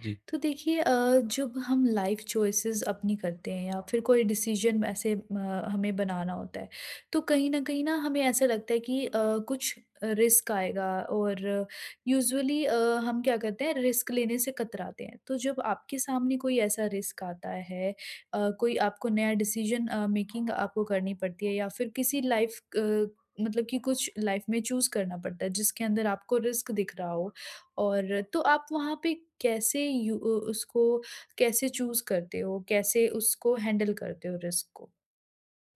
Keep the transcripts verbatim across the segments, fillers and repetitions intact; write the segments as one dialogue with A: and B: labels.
A: जी,
B: तो देखिए अ, जब हम लाइफ चॉइसेस अपनी करते हैं या फिर कोई डिसीजन ऐसे अ, हमें बनाना होता है तो कहीं ना कहीं ना हमें ऐसा लगता है कि अ, कुछ रिस्क आएगा और यूजुअली हम क्या करते हैं रिस्क लेने से कतराते हैं तो जब आपके सामने कोई ऐसा रिस्क आता है अ, कोई आपको नया डिसीजन मेकिंग आपको करनी पड़ती है या फिर किसी लाइफ मतलब कि कुछ लाइफ में चूज करना पड़ता है जिसके अंदर आपको रिस्क दिख रहा हो और तो आप वहाँ पे कैसे यू अ, उसको कैसे चूज़ करते हो? कैसे उसको हैंडल करते हो रिस्क को?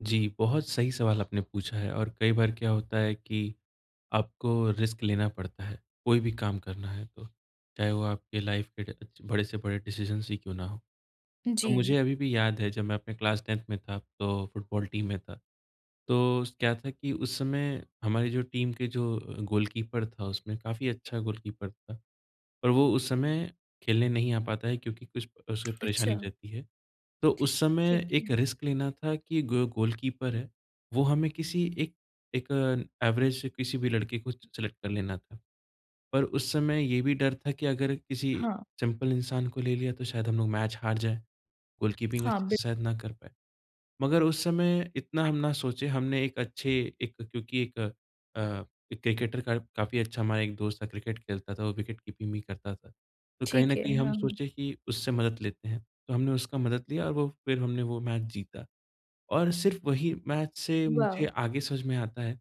A: जी, बहुत सही सवाल आपने पूछा है। और कई बार क्या होता है कि आपको रिस्क लेना पड़ता है, कोई भी काम करना है तो, चाहे वो आपके लाइफ़ के ड बड़े से बड़े डिसीज़न्स ही क्यों ना हों। तो
B: जी।
A: मुझे अभी भी याद है, जब मैं अपने क्लास टेन्थ में था तो फुटबॉल टीम में था। तो क्या था कि उस समय हमारी जो टीम के जो अ, गोलकीपर था, उसमें काफ़ी अच्छा गोलकीपर था, पर वो उस समय खेलने नहीं आ पाता है क्योंकि कुछ उसकी
B: अच्छा,
A: परेशानी रहती है। तो उस
B: ठीक
A: समय
B: है।
A: एक रिस्क लेना था कि गो गोलकीपर है, वो हमें किसी एक एक एवरेज किसी भी लड़के को सेलेक्ट कर लेना था। पर उस समय ये भी डर था कि अगर किसी
B: हाँ,
A: सिंपल इंसान को ले लिया तो शायद हम लोग मैच हार जाएँ, गोलकीपिंग
B: हाँ,
A: अच्छे
B: बिल
A: से शायद ना कर पाएँ। मगर उस समय इतना हम ना सोचे, हमने एक अच्छे एक क्योंकि एक अ, एक क्रिकेटर का काफ़ी अच्छा हमारा एक दोस्त था, क्रिकेट खेलता था, वो विकेट कीपिंग भी करता था। तो कहीं न
B: ठीक है।
A: कहीं हम
B: हाँ, हाँ।
A: सोचे कि उससे मदद लेते हैं, तो हमने उसका मदद लिया और वो फिर हमने वो मैच जीता। और सिर्फ़ वही मैच से
B: वाह!
A: मुझे आगे समझ में आता है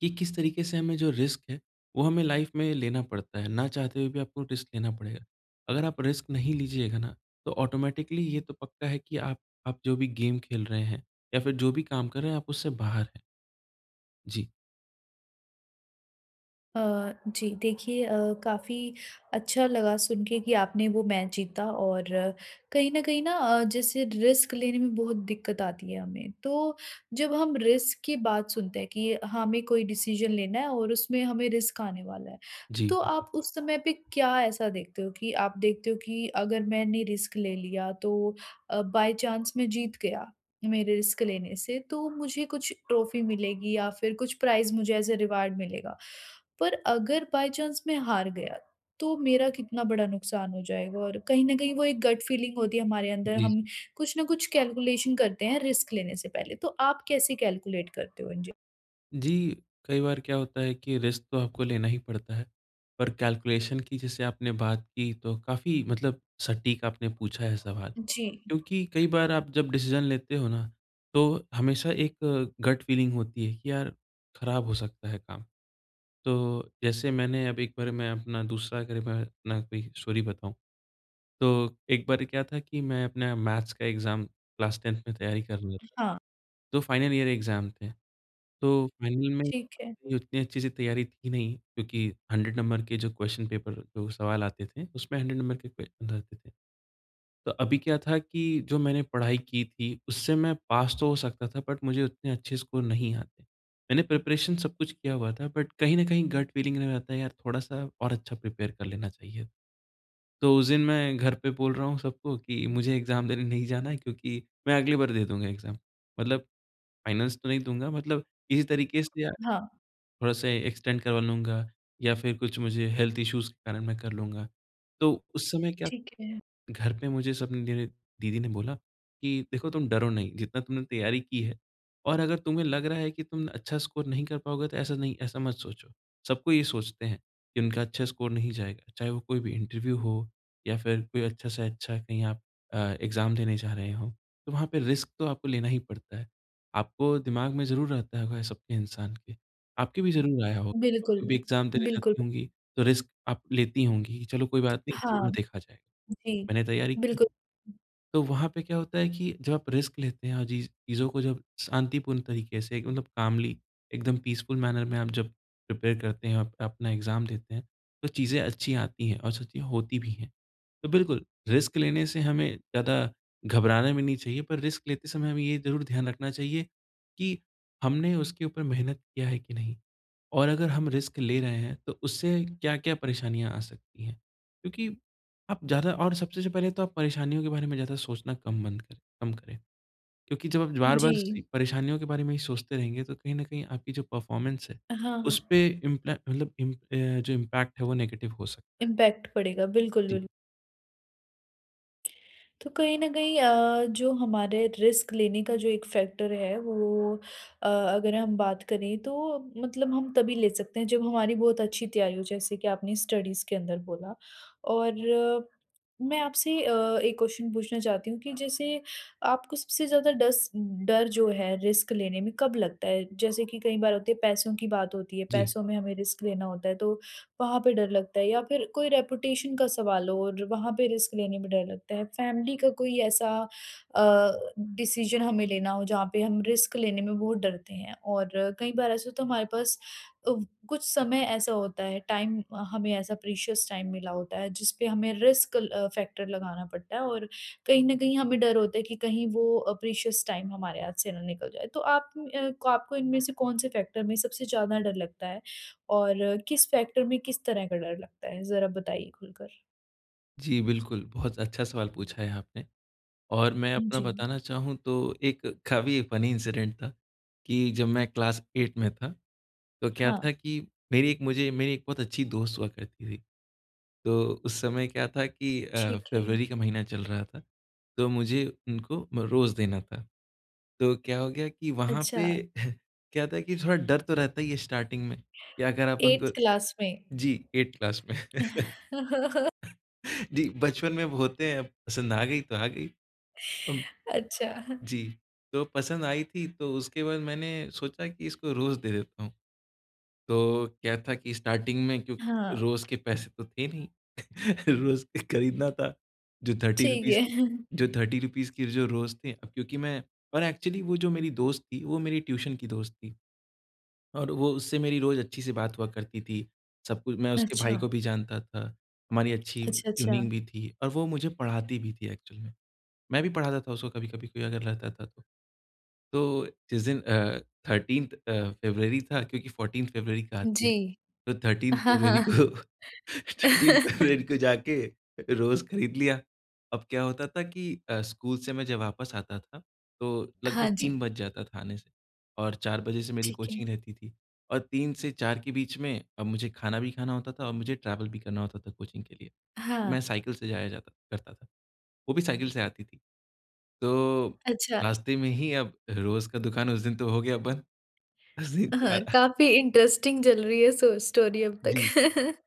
A: कि किस तरीके से हमें जो रिस्क है, वो हमें लाइफ में लेना पड़ता है। ना चाहते हुए भी आपको रिस्क लेना पड़ेगा। अगर आप रिस्क नहीं लीजिएगा ना, तो ऑटोमैटिकली ये तो पक्का है कि आप आप जो भी गेम खेल रहे हैं या फिर जो भी काम कर रहे हैं, आप उससे बाहर हैं। जी,
B: अ, जी देखिए अ, काफ़ी अच्छा लगा सुन के कि आपने वो मैच जीता और अ, कहीं न कहीं ना अ, जैसे रिस्क लेने में बहुत दिक्कत आती है हमें। तो जब हम रिस्क की बात सुनते हैं कि हमें कोई डिसीज़न लेना है और उसमें हमें रिस्क आने वाला है।
A: जी,
B: तो
A: बिल्कुल।
B: आप उस समय पे क्या ऐसा देखते हो कि आप देखते हो कि अगर मैंने रिस्क ले लिया तो अ, बाय चांस मैं जीत गया मेरे रिस्क लेने से तो मुझे कुछ ट्रॉफ़ी मिलेगी या फिर कुछ प्राइज़ मुझे एज़ अ रिवार्ड मिलेगा। पर अगर बाय चांस मैं हार गया, तो मेरा कितना बड़ा नुकसान हो जाएगा और कहीं न कहीं वो एक गट फीलिंग होती है हमारे अंदर,
A: जी।
B: हम कुछ न कुछ कैलकुलेशन करते हैं रिस्क लेने से पहले, तो आप कैसे कैलकुलेट करते हो? जी।
A: जी, कई बार क्या होता है कि रिस्क तो आपको लेना ही पड़ता है, पर कैलकुलेशन की जैसे आपने बात की तो काफ़ी मतलब सटीक आपने पूछा है सवाल।
B: जी,
A: क्योंकि कई बार आप जब डिसीज़न लेते हो ना, तो हमेशा एक गट फीलिंग होती है कि यार खराब हो सकता है काम। तो जैसे मैंने अब एक बार मैं अपना दूसरा अगर मैं अपना कोई स्टोरी बताऊँ, तो एक बार क्या था कि मैं अपना मैथ्स का एग्ज़ाम क्लास टेन्थ में तैयारी कर रहा था,
B: हाँ,
A: तो फाइनल ईयर एग्ज़ाम थे। तो फाइनल में
B: ठीक है।
A: ये उतनी अच्छे से तैयारी थी नहीं क्योंकि हंड्रेड नंबर के जो क्वेश्चन पेपर जो सवाल आते थे, उसमें हंड्रेड नंबर के क्वेश्चन रहते थे। तो अभी क्या था कि जो मैंने पढ़ाई की थी, उससे मैं पास तो हो सकता था, बट मुझे उतने अच्छे स्कोर नहीं आते। मैंने प्रिपरेशन सब कुछ किया हुआ था, बट कहीं न कहीं गट फीलिंग रहता है यार थोड़ा-सा और अच्छा प्रिपेयर कर लेना चाहिए। तो उस दिन मैं घर पे बोल रहा हूँ सबको कि मुझे एग्ज़ाम देने नहीं जाना है क्योंकि मैं अगली बार दे दूँगा एग्ज़ाम। मतलब फाइनल्स तो नहीं दूँगा, मतलब किसी तरीके से
B: हाँ,
A: थोड़ा-सा एक्सटेंड करवा लूँगा या फिर कुछ मुझे हेल्थ इश्यूज़ के कारण मैं कर लूँगा। तो उस समय क्या,
B: ठीक है।
A: घर पे मुझे सब मेरे दीदी ने बोला कि देखो तुम डरो नहीं, जितना तुमने तैयारी की है, और अगर तुम्हें लग रहा है कि तुम अच्छा स्कोर नहीं कर पाओगे तो ऐसा नहीं ऐसा मत सोचो। सब कोई ये सोचते हैं कि उनका अच्छा स्कोर नहीं जाएगा, चाहे वो कोई भी इंटरव्यू हो या फिर कोई अच्छा से अच्छा कहीं आप अ, एग्ज़ाम देने जा रहे हो, तो वहाँ पे रिस्क तो आपको लेना ही पड़ता है। आपको दिमाग में ज़रूर रहता होगा सबके इंसान के। आपके भी ज़रूर आया होगा,
B: बिल्कुल,
A: आपको भी एग्ज़ाम देने
B: बिल्कुल।
A: जाती होंगी, तो रिस्क आप लेती होंगी कि चलो कोई बात नहीं, जो होगा
B: हाँ,
A: देखा जाएगा।
B: जी,
A: मैंने तैयारी की,
B: बिल्कुल।
A: तो वहाँ पे क्या होता है कि जब आप रिस्क लेते हैं और जी चीज़ों को जब शांतिपूर्ण तरीके से मतलब कामली एकदम पीसफुल मैनर में आप जब प्रिपेयर करते हैं, आप अपना एग्ज़ाम देते हैं, तो चीज़ें अच्छी आती हैं और सच्ची होती भी हैं। तो बिल्कुल, रिस्क लेने से हमें ज़्यादा घबराना भी नहीं चाहिए, पर रिस्क लेते समय हमें ये ज़रूर ध्यान रखना चाहिए कि हमने उसके ऊपर मेहनत किया है कि नहीं? और अगर हम रिस्क ले रहे हैं तो उससे क्या-क्या परेशानियाँ आ सकती हैं? क्योंकि आप ज़्यादा और सबसे से पहले तो आप परेशानियों के बारे में ज़्यादा सोचना कम बंद करें कम करें। क्योंकि जब आप हुँ। बार-बार
B: जी,
A: सी परेशानियों के बारे में ही सोचते रहेंगे तो कहीं न कहीं आपकी जो परफ़ॉर्मेंस है,
B: हाँ,
A: उसपे इम्प्लै मतलब इम अ, जो इम्पैक्ट है वो नेगेटिव हो सकता है।
B: इम्पैक्ट पड़ेगा, बिल्कुल,
A: जी।
B: बिल्कुल। तो कहीं न कहीं अ, जो हमारे रिस्क लेने का जो एक फैक्टर है वो अ, अगर हम बात करें तो मतलब हम तभी ले सकते हैं जब हमारी बहुत अच्छी तैयारी हो जैसे कि आपने स्टडीज़ के अंदर बोला। और अ, मैं आपसे अ, एक क्वेश्चन पूछना चाहती हूँ कि जैसे आपको सबसे ज़्यादा डस डर जो है रिस्क लेने में कब लगता है? जैसे कि कई बार होती है पैसों की बात होती है,
A: जी।
B: पैसों में हमें रिस्क लेना होता है तो वहाँ पे डर लगता है या फिर कोई रेपुटेशन का सवाल हो और वहाँ पे रिस्क लेने में डर लगता है। फैमिली का कोई ऐसा अ, डिसीज़न हमें लेना हो जहाँ पे हम रिस्क लेने में बहुत डरते हैं और कई बार ऐसा होता है हमारे पास अ, कुछ समय ऐसा होता है टाइम हमें ऐसा प्रीशियस टाइम मिला होता है जिस पे हमें रिस्क अ, फैक्टर लगाना पड़ता है और कहीं न कहीं हमें डर होता है कि कहीं वो अ, प्रीशियस टाइम हमारे हाथ से ना निकल जाए। तो आप अ, को आपको इनमें से कौन से फैक्टर में सबसे ज़्यादा डर लगता है? और किस फैक्टर में किस तरह का डर लगता है? ज़रा बताइए खुलकर।
A: जी, बिल्कुल। बहुत अच्छा सवाल पूछा है आपने। और मैं अपना
B: जी।
A: बताना चाहूँ, तो एक काफ़ी फ़नी इंसिडेंट था कि जब मैं क्लास आठ में था, तो क्या
B: हाँ।
A: था कि मेरी एक मुझे मेरी एक बहुत अच्छी दोस्त हुआ करती थी। तो उस समय क्या था कि अ,
B: ठीक है।
A: फ़रवरी का महीना चल रहा था, तो मुझे उनको म रोज़ देना था। तो क्या हो गया कि वहाँ
B: अच्छा,
A: पे क्या था कि थोड़ा डर तो रहता ही है स्टार्टिंग में कि अगर आप
B: एथ
A: उनको
B: क्लास में।
A: जी, आठ क्लास में। जी, बचपन में अब होते हैं, अब पसंद आ गई तो आ गई।
B: अच्छा,
A: जी, तो पसंद आई थी, तो उसके बाद मैंने सोचा कि इसको रोज़ दे देता हूँ। तो क्या था कि स्टार्टिंग में क्योंकि
B: हाँ,
A: रोज़ के पैसे तो थे नहीं, रोज़ के खरीदना था। जो
B: ठीक
A: ₹30
B: है।
A: जो ₹तीस रुपीज़ के जो रोज़ थे अब, क्योंकि मैं, और एक्चुअली वो जो मेरी दोस्त थी वो मेरी ट्यूशन की दोस्त थी, और वो उससे मेरी रोज़ अच्छी से बात हुआ करती थी। सब कुछ मैं उसके भाई
B: अच्छा,
A: को भी जानता था, हमारी अच्छी
B: अच्छा, अच्छा।
A: ट्यूनिंग भी थी और वो मुझे पढ़ाती भी थी एक्चुअल में। मैं भी पढ़ाता था उसको कभी-कभी, कोई अगर रहता था तो। तो जिस दिन अ, थर्टीन्थ अ, फ़रवरी था, क्योंकि फ़ोर्टीन्थ फ़रवरी का आती है,
B: जी।
A: तो थर्टीन्थ
B: हाँ,
A: फ़रवरी
B: हाँ।
A: को थर्टीन्थ फ़रवरी को जाके रोज़ खरीद लिया। अब क्या होता था कि अ, स्कूल से मैं जब वापस आता था, तो लगभग
B: हाँ जी,
A: तीन बज जाता था आने से, और चार बजे से मेरी
B: ठीक है।
A: कोचिंग रहती थी, और तीन से चार के बीच में अब मुझे खाना भी खाना होता था और मुझे ट्रैवल भी करना होता था कोचिंग के लिए। तो
B: हाँ,
A: मैं साइकिल से जाया जाता करता था, वो भी साइकिल से आती थी। तो
B: अच्छा
A: रास्ते में ही, अब रोज़ का दुकान उस दिन तो हो गया बंद। उस दिन जा
B: हाँ,
A: रहा।
B: काफ़ी इंटरेस्टिंग चल रही है सो स्टोरी अब
A: जी,
B: तक।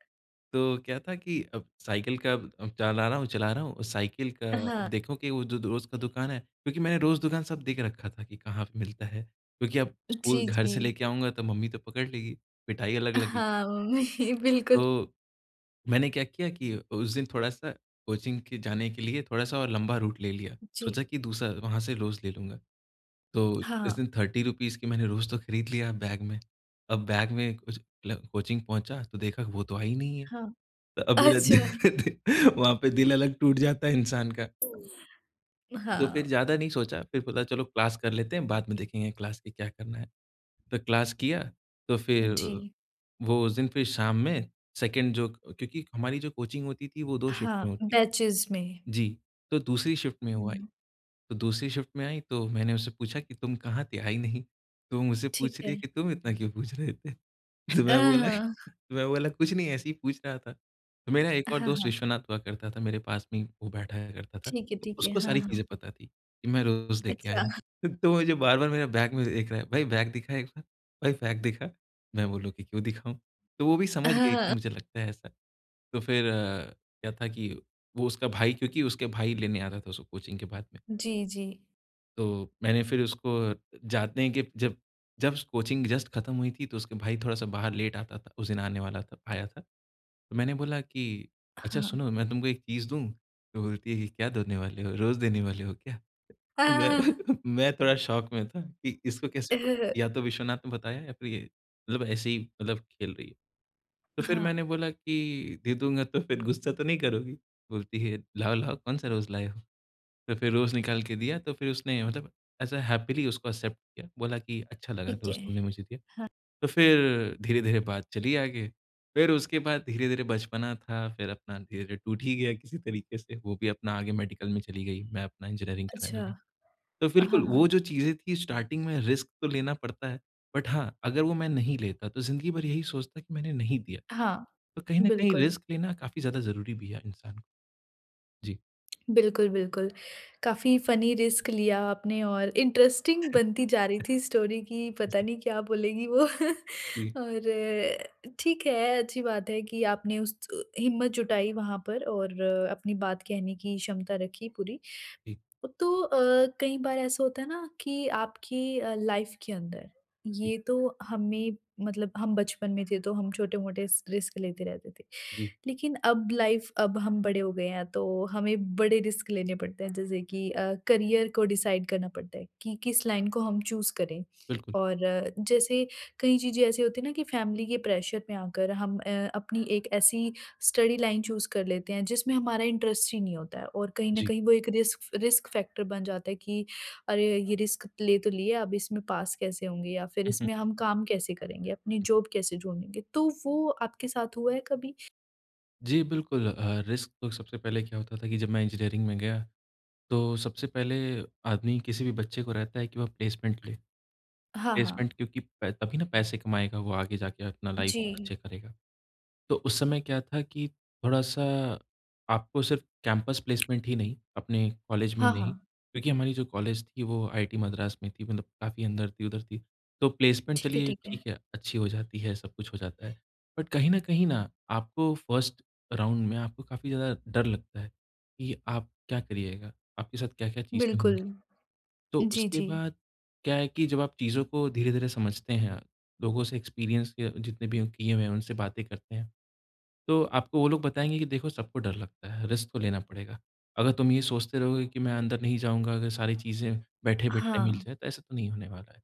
A: तो क्या था कि अब साइकिल का अब अब चला रहा हूँ, चला रहा हूँ, और साइकिल का अब
B: हाँ,
A: देखो कि वो जो रोज़ का दुकान है, क्योंकि मैंने रोज़ दुकान सब देख रखा था कि कहाँ पे मिलता है। क्योंकि अब स्कूल
B: जी,
A: घर से
B: जी।
A: लेके आऊँगा तो मम्मी तो पकड़ लेगी, पिटाई अलग लगेगी।
B: हाँ, मम्मी बिल्कुल।
A: तो मैंने क्या किया कि उस दिन थोड़ा-सा कोचिंग के जाने के लिए थोड़ा-सा और लंबा रूट ले लिया।
B: जी,
A: सोचा कि दूसरा वहाँ से रोज़ ले लूँगा। तो इस
B: हाँ,
A: दिन तीस रुपीज़ की मैंने रोज़ तो खरीद लिया बैग में। अब बैग में कुछ, मतलब कोचिंग पहुँचा तो देखा वो तो आई नहीं है।
B: हाँ।
A: तो अब मेरा
B: अच्छा,
A: वहाँ पे दिल अलग टूट जाता है इंसान का। तो फिर
B: हाँ।
A: ज़्यादा नहीं सोचा, फिर बोला चलो क्लास कर लेते हैं, बाद में देखेंगे क्लास की क्या करना है। तो क्लास किया, तो फिर
B: जी।
A: वो उस दिन फिर शाम में सेकंड, जो क्योंकि हमारी जो कोचिंग होती थी वो दो शिफ्ट
B: हाँ,
A: में होती थी।
B: बैचेज़ में।
A: जी, तो दूसरी शिफ्ट में हुआ,
B: हुँ,
A: तो दूसरी शिफ्ट में आई तो मैंने उससे पूछा कि तुम कहाँ थे? आई नहीं। तो वो मुझसे
B: ठीक
A: पूछ रही
B: है।
A: है कि तुम इतना क्यों पूछ रहे थे? तो
B: अ,
A: मैं बोला,
B: हाँ।
A: तो मैं बोला कुछ नहीं, ऐसे ही पूछ रहा था। तो मेरा एक और
B: हाँ,
A: दोस्त
B: हाँ।
A: विश्वनाथ हुआ करता था, मेरे पास में ही वो बैठा करता था।
B: ठीक है,
A: तो
B: ठीक है।
A: उसको
B: हाँ,
A: सारी चीज़ें
B: हाँ।
A: पता थी कि मैं रोज़ लेके आया
B: अच्छा।
A: हूँ। तो वो जो बार-बार मेरे बैग में देख रहा है, "भाई बैग दिखा एक बार, भाई बैग दिखा।" मैं बोला कि क्यों दिखाऊँ? तो वो भी
B: हाँ,
A: समझ गई थी,
B: हाँ।
A: मुझे लगता है ऐसा। तो फिर अ, क्या था कि वो उसका भाई, क्योंकि उसके भाई लेने आता था उसको कोचिंग के बाद में।
B: जी, जी।
A: तो मैंने फिर उसको जाते हैं कि जब जब कोचिंग जस्ट ख़त्म हुई थी, तो उसके भाई थोड़ा-सा बाहर लेट आता था, उस दिन आने वाला था, आया था। तो मैंने बोला कि, "अच्छा
B: हाँ।
A: सुनो, मैं तुमको एक चीज़ दूँ?" तो बोलती है कि, "क्या देने वाले हो? रोज़ देने वाले हो क्या?" मैं
B: हाँ
A: मैं थोड़ा शॉक में था कि इसको कैसे
B: अ,
A: पता? या तो विश्वनाथ ने बताया या फिर ये, मतलब ऐसे ही, मतलब खेल रही है। तो फिर
B: हाँ,
A: मैंने बोला कि दे दूँगा तो फिर गुस्सा तो नहीं करोगी? बोलती है, "लाओ, लाओ कौन सा रोज़ लाए हो?" तो फिर रोज़ निकाल के दिया तो फिर उसने मतलब ऐसा हैपीली उसको एक्सेप्ट किया। बोला कि अच्छा लगा
B: ठीक
A: रोज़
B: है।
A: तुमने मुझे दिया। तो फिर धीरे-धीरे बात चली आगे। फिर उसके बाद धीरे-धीरे बचपना था, फिर अपना धीरे-धीरे टूट ही गया किसी तरीके से, वो भी अपना आगे मेडिकल में चली गई, मैं अपना इंजीनियरिंग करने
B: अच्छा।
A: लगा। तो बिल्कुल
B: हाँ, हाँ।
A: वो जो चीज़ें थी स्टार्टिंग में, रिस्क तो लेना पड़ता है, बट हाँ, अगर वो मैं नहीं लेता तो ज़िंदगी भर यही सोचता कि मैंने नहीं दिया।
B: हाँ,
A: तो कहीं न कहीं
B: बिल्कुल।
A: रिस्क लेना काफ़ी ज़्यादा ज़रूरी भी है इंसान को। जी,
B: बिल्कुल, बिल्कुल। काफ़ी फ़नी रिस्क लिया आपने और इंटरेस्टिंग बनती जा रही थी स्टोरी कि पता
A: जी,
B: नहीं क्या बोलेगी वो
A: जी,
B: और अ, ठीक है, अच्छी बात है कि आपने उस हिम्मत जुटाई वहाँ पर और अ, अपनी बात कहने की क्षमता रखी पूरी।
A: जी,
B: तो अ, कई बार ऐसा होता है ना कि आपकी अ, लाइफ के अंदर
A: जी,
B: ये तो हमें मतलब हम बचपन में थे तो हम छोटे-मोटे स रिस्क लेते रहते थे।
A: जी,
B: लेकिन अब लाइफ अब हम बड़े हो गए हैं तो हमें बड़े रिस्क लेने पड़ते हैं जैसे कि अ, करियर को डिसाइड करना पड़ता है कि किस लाइन को हम चूज़ करें।
A: बिल्कुल,
B: और अ, जैसे कई चीज़ें ऐसी होती हैं ना कि फैमिली के प्रेशर में आकर हम अ, अपनी एक ऐसी स्टडी लाइन चूज़ कर लेते हैं जिसमें हमारा इंटरेस्ट ही नहीं होता है और कहीं न
A: जी।
B: कहीं वो एक रिस्क रिस्क फैक्टर बन जाता है कि अरे! ये रिस्क ले तो लिया अब इसमें पास कैसे होंगे या फिर
A: हुँ,
B: इसमें हम काम कैसे करेंगे? अपनी
A: हुँ।
B: जॉब कैसे ढूँढेंगे? तो वो आपके साथ हुआ है कभी?
A: जी, बिल्कुल, अ, रिस्क तो सबसे पहले क्या होता था कि जब मैं इंजीनियरिंग में गया, तो सबसे पहले आदमी किसी भी बच्चे को रहता है कि वह प्लेसमेंट ले।
B: हाँ,
A: प्लेसमेंट
B: हाँ।
A: क्योंकि प तभी ना पैसे कमाएगा, वो आगे जाके अपना लाइफ़
B: जी।
A: अच्छे करेगा। तो उस समय क्या था कि थोड़ा-सा, आपको सिर्फ कैंपस प्लेसमेंट ही नहीं, अपने कॉलेज में
B: हाँ,
A: नहीं,
B: हाँ।
A: क्योंकि हमारी जो कॉलेज थी वो आईआईटी मद्रास में थी, मतलब काफ़ी अंदर थी, उधर थी। तो प्लेसमेंट
B: ठीक है,
A: चलिए
B: ठीक है।
A: ठीक है, अच्छी हो जाती है, सब कुछ हो जाता है। बट कहीं न कहीं ना, आपको फर्स्ट राउंड में आपको काफ़ी ज़्यादा डर लगता है कि आप क्या करिएगा, आपके साथ क्या-क्या चीज़ें
B: बिल्कुल।
A: होंगी। तो
B: जी,
A: उसके
B: जी।
A: बाद क्या है कि जब आप चीज़ों को धीरे-धीरे समझते हैं, लोगों से, एक्सपीरियंस के जितने भी किए हुए हैं, उनसे बातें करते हैं, तो आपको वो लोग बताएँगे कि देखो, सबको डर लगता है, रिस्क तो लेना पड़ेगा। अगर तुम ये सोचते रहोगे कि मैं अंदर नहीं जाऊँगा, अगर सारी चीज़ें बैठे-बैठाए मिल
B: हाँ।
A: जाए, तो ऐसा तो नहीं होने वाला है।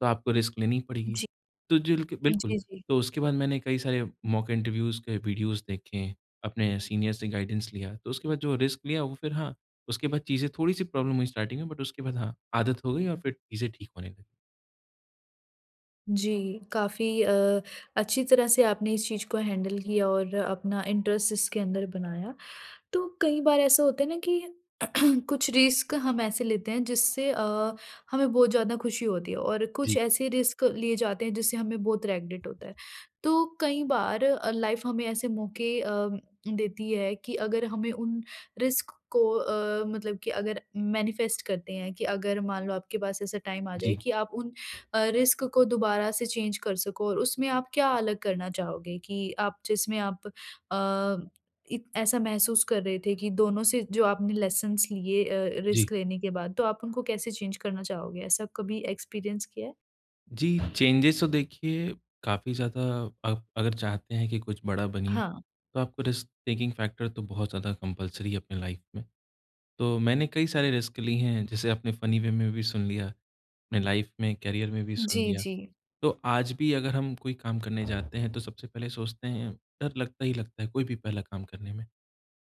A: तो आपको रिस्क लेनी पड़ेगी।
B: जी।
A: तो जिल के बिल्कुल,
B: जी, जी।
A: तो उसके बाद मैंने कई सारे मॉक इंटरव्यूज़ के वीडियोज़ देखे, अपने सीनियर से गाइडेंस लिया, तो उसके बाद जो रिस्क लिया वो फिर, हाँ, उसके बाद चीज़ें थोड़ी-सी प्रॉब्लम हुई स्टार्टिंग में, बट उसके बाद हाँ, आदत हो गई और फिर चीज़ें ठीक होने लगी।
B: जी, काफ़ी अ, अच्छी तरह से आपने इस चीज़ को हैंडल किया और अपना इंटरेस्ट इसके अंदर बनाया। तो कई बार ऐसा होता है ना कि कुछ रिस्क हम ऐसे लेते हैं जिससे अ, हमें बहुत ज़्यादा खुशी होती है और कुछ
A: जी,
B: ऐसे रिस्क लिए जाते हैं जिससे हमें बहुत रेग्रेट होता है। तो कई बार अ, लाइफ हमें ऐसे मौके अ, देती है कि अगर हमें उन रिस्क को अ, मतलब कि अगर मैनिफेस्ट करते हैं कि अगर मान लो आपके पास ऐसा टाइम आ जाए
A: जी,
B: कि आप उन अ, रिस्क को दोबारा से चेंज कर सको और उसमें आप क्या अलग करना चाहोगे कि आप जिसमें आप अ, इत ऐसा महसूस कर रहे थे कि दोनों से जो आपने लेसन्स लिए अ,
A: जी।
B: रिस्क लेने के बाद, तो आप उनको कैसे चेंज करना चाहोगे? ऐसा कभी एक्सपीरियंस किया है?
A: जी, चेंजेज़ तो देखिए काफ़ी ज़्यादा, आप अगर चाहते हैं कि कुछ बड़ा बनिए,
B: हाँ।
A: तो आपको रिस्क टेकिंग फैक्टर तो बहुत ज़्यादा कंपल्सरी है अपने लाइफ़ में। तो मैंने कई सारे रिस्क लिए हैं, जैसे आपने फ़नी वे में भी सुन लिया, अपने लाइफ में, करियर में भी सुन
B: जी,
A: लिया।
B: जी।
A: तो आज भी अगर हम कोई काम करने जाते हैं तो सबसे पहले सोचते हैं, डर लगता ही लगता है कोई भी पहला काम करने में।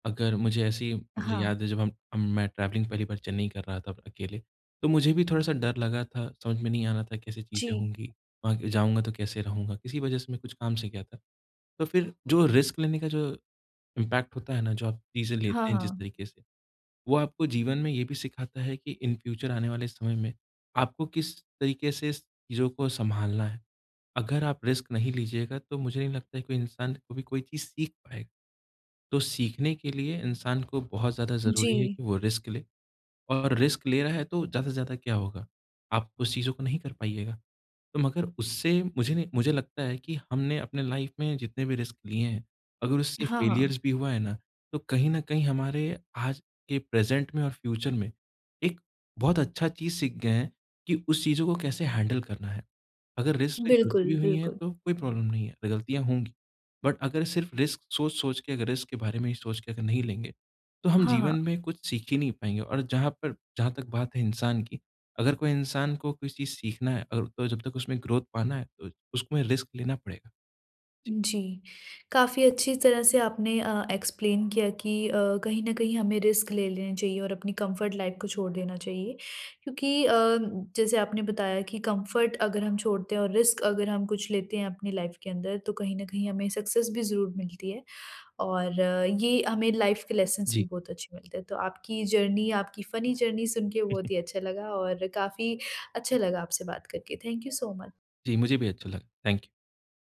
A: अगर, मुझे ऐसी मुझे
B: हाँ।
A: याद है, जब हम हम मैं ट्रैवलिंग पहली बार चेन्नई कर रहा था अकेले, तो मुझे भी थोड़ा-सा डर लगा था, समझ में नहीं आ रहा था कैसे
B: जी।
A: चीज़ें होंगी, वहाँ जाऊँगा तो कैसे रहूँगा? किसी वजह से मैं कुछ काम से गया था। तो फिर जो रिस्क लेने का जो इम्पैक्ट होता है ना, जो आप चीज़ें
B: हाँ,
A: लेते हैं जिस
B: हाँ।
A: तरीके से, वो आपको जीवन में ये भी सिखाता है कि इन फ्यूचर आने वाले समय में आपको किस तरीके से इस चीज़ों को सँभालना है। अगर आप रिस्क नहीं लीजिएगा तो मुझे नहीं लगता है कोई इंसान को भी कोई चीज़ सीख पाएगा। तो सीखने के लिए इंसान को बहुत ज़्यादा
B: जी।
A: ज़रूरी है कि वो रिस्क ले, और रिस्क ले रहा है तो ज़्यादा से ज़्यादा क्या होगा? आप उस चीज़ों को नहीं कर पाइएगा। तो मगर उससे मुझे नहीं, मुझे लगता है कि हमने अपने लाइफ़ में जितने भी रिस्क लिए हैं, अगर उससे
B: हाँ, हाँ।
A: फेलियर्स भी हुआ है ना, तो कहीं न कहीं हमारे आज के प्रेज़ेंट में और फ्यूचर में एक बहुत अच्छा चीज़ सीख गए हैं कि उस चीज़ों को कैसे हैंडल करना है। अगर रिस्क से गलती भी
B: बिल्कुल,
A: हुई है
B: बिल्कुल।
A: तो कोई प्रॉब्लम नहीं है, गलतियाँ होंगी। बट अगर सिर्फ़ रिस्क सोच-सोच के, अगर रिस्क के बारे में ही सोच के अगर नहीं लेंगे, तो हम
B: हाँ,
A: जीवन
B: हाँ।
A: में कुछ सीख ही नहीं पाएँगे, और जहाँ पर जहाँ तक बात है इंसान की, अगर कोई इंसान को कोई चीज़ सीखना है, अगर तो जब तक उसमें ग्रोथ पाना है तो उसमें रिस्क लेना पड़ेगा। जी।
B: जी, काफ़ी अच्छी तरह से आपने अ, एक्सप्लेन किया कि अ, कहीं न कहीं हमें रिस्क ले लेने चाहिए और अपनी कंफर्ट लाइफ़ को छोड़ देना चाहिए। क्योंकि अ, जैसे आपने बताया कि कंफर्ट अगर हम छोड़ते हैं और रिस्क अगर हम कुछ लेते हैं अपनी लाइफ़ के अंदर, तो कहीं न कहीं हमें सक्सेस भी ज़रूर मिलती है और अ, ये हमें लाइफ़ के लेसन्स भी
A: जी।
B: बहुत अच्छे मिलते हैं। तो आपकी जर्नी, आपकी फ़नी जर्नी सुन के बहुत ही अच्छा लगा और काफ़ी अच्छा लगा आपसे बात करके। Thank you so much.
A: जी, मुझे भी अच्छा लगा। Thank you.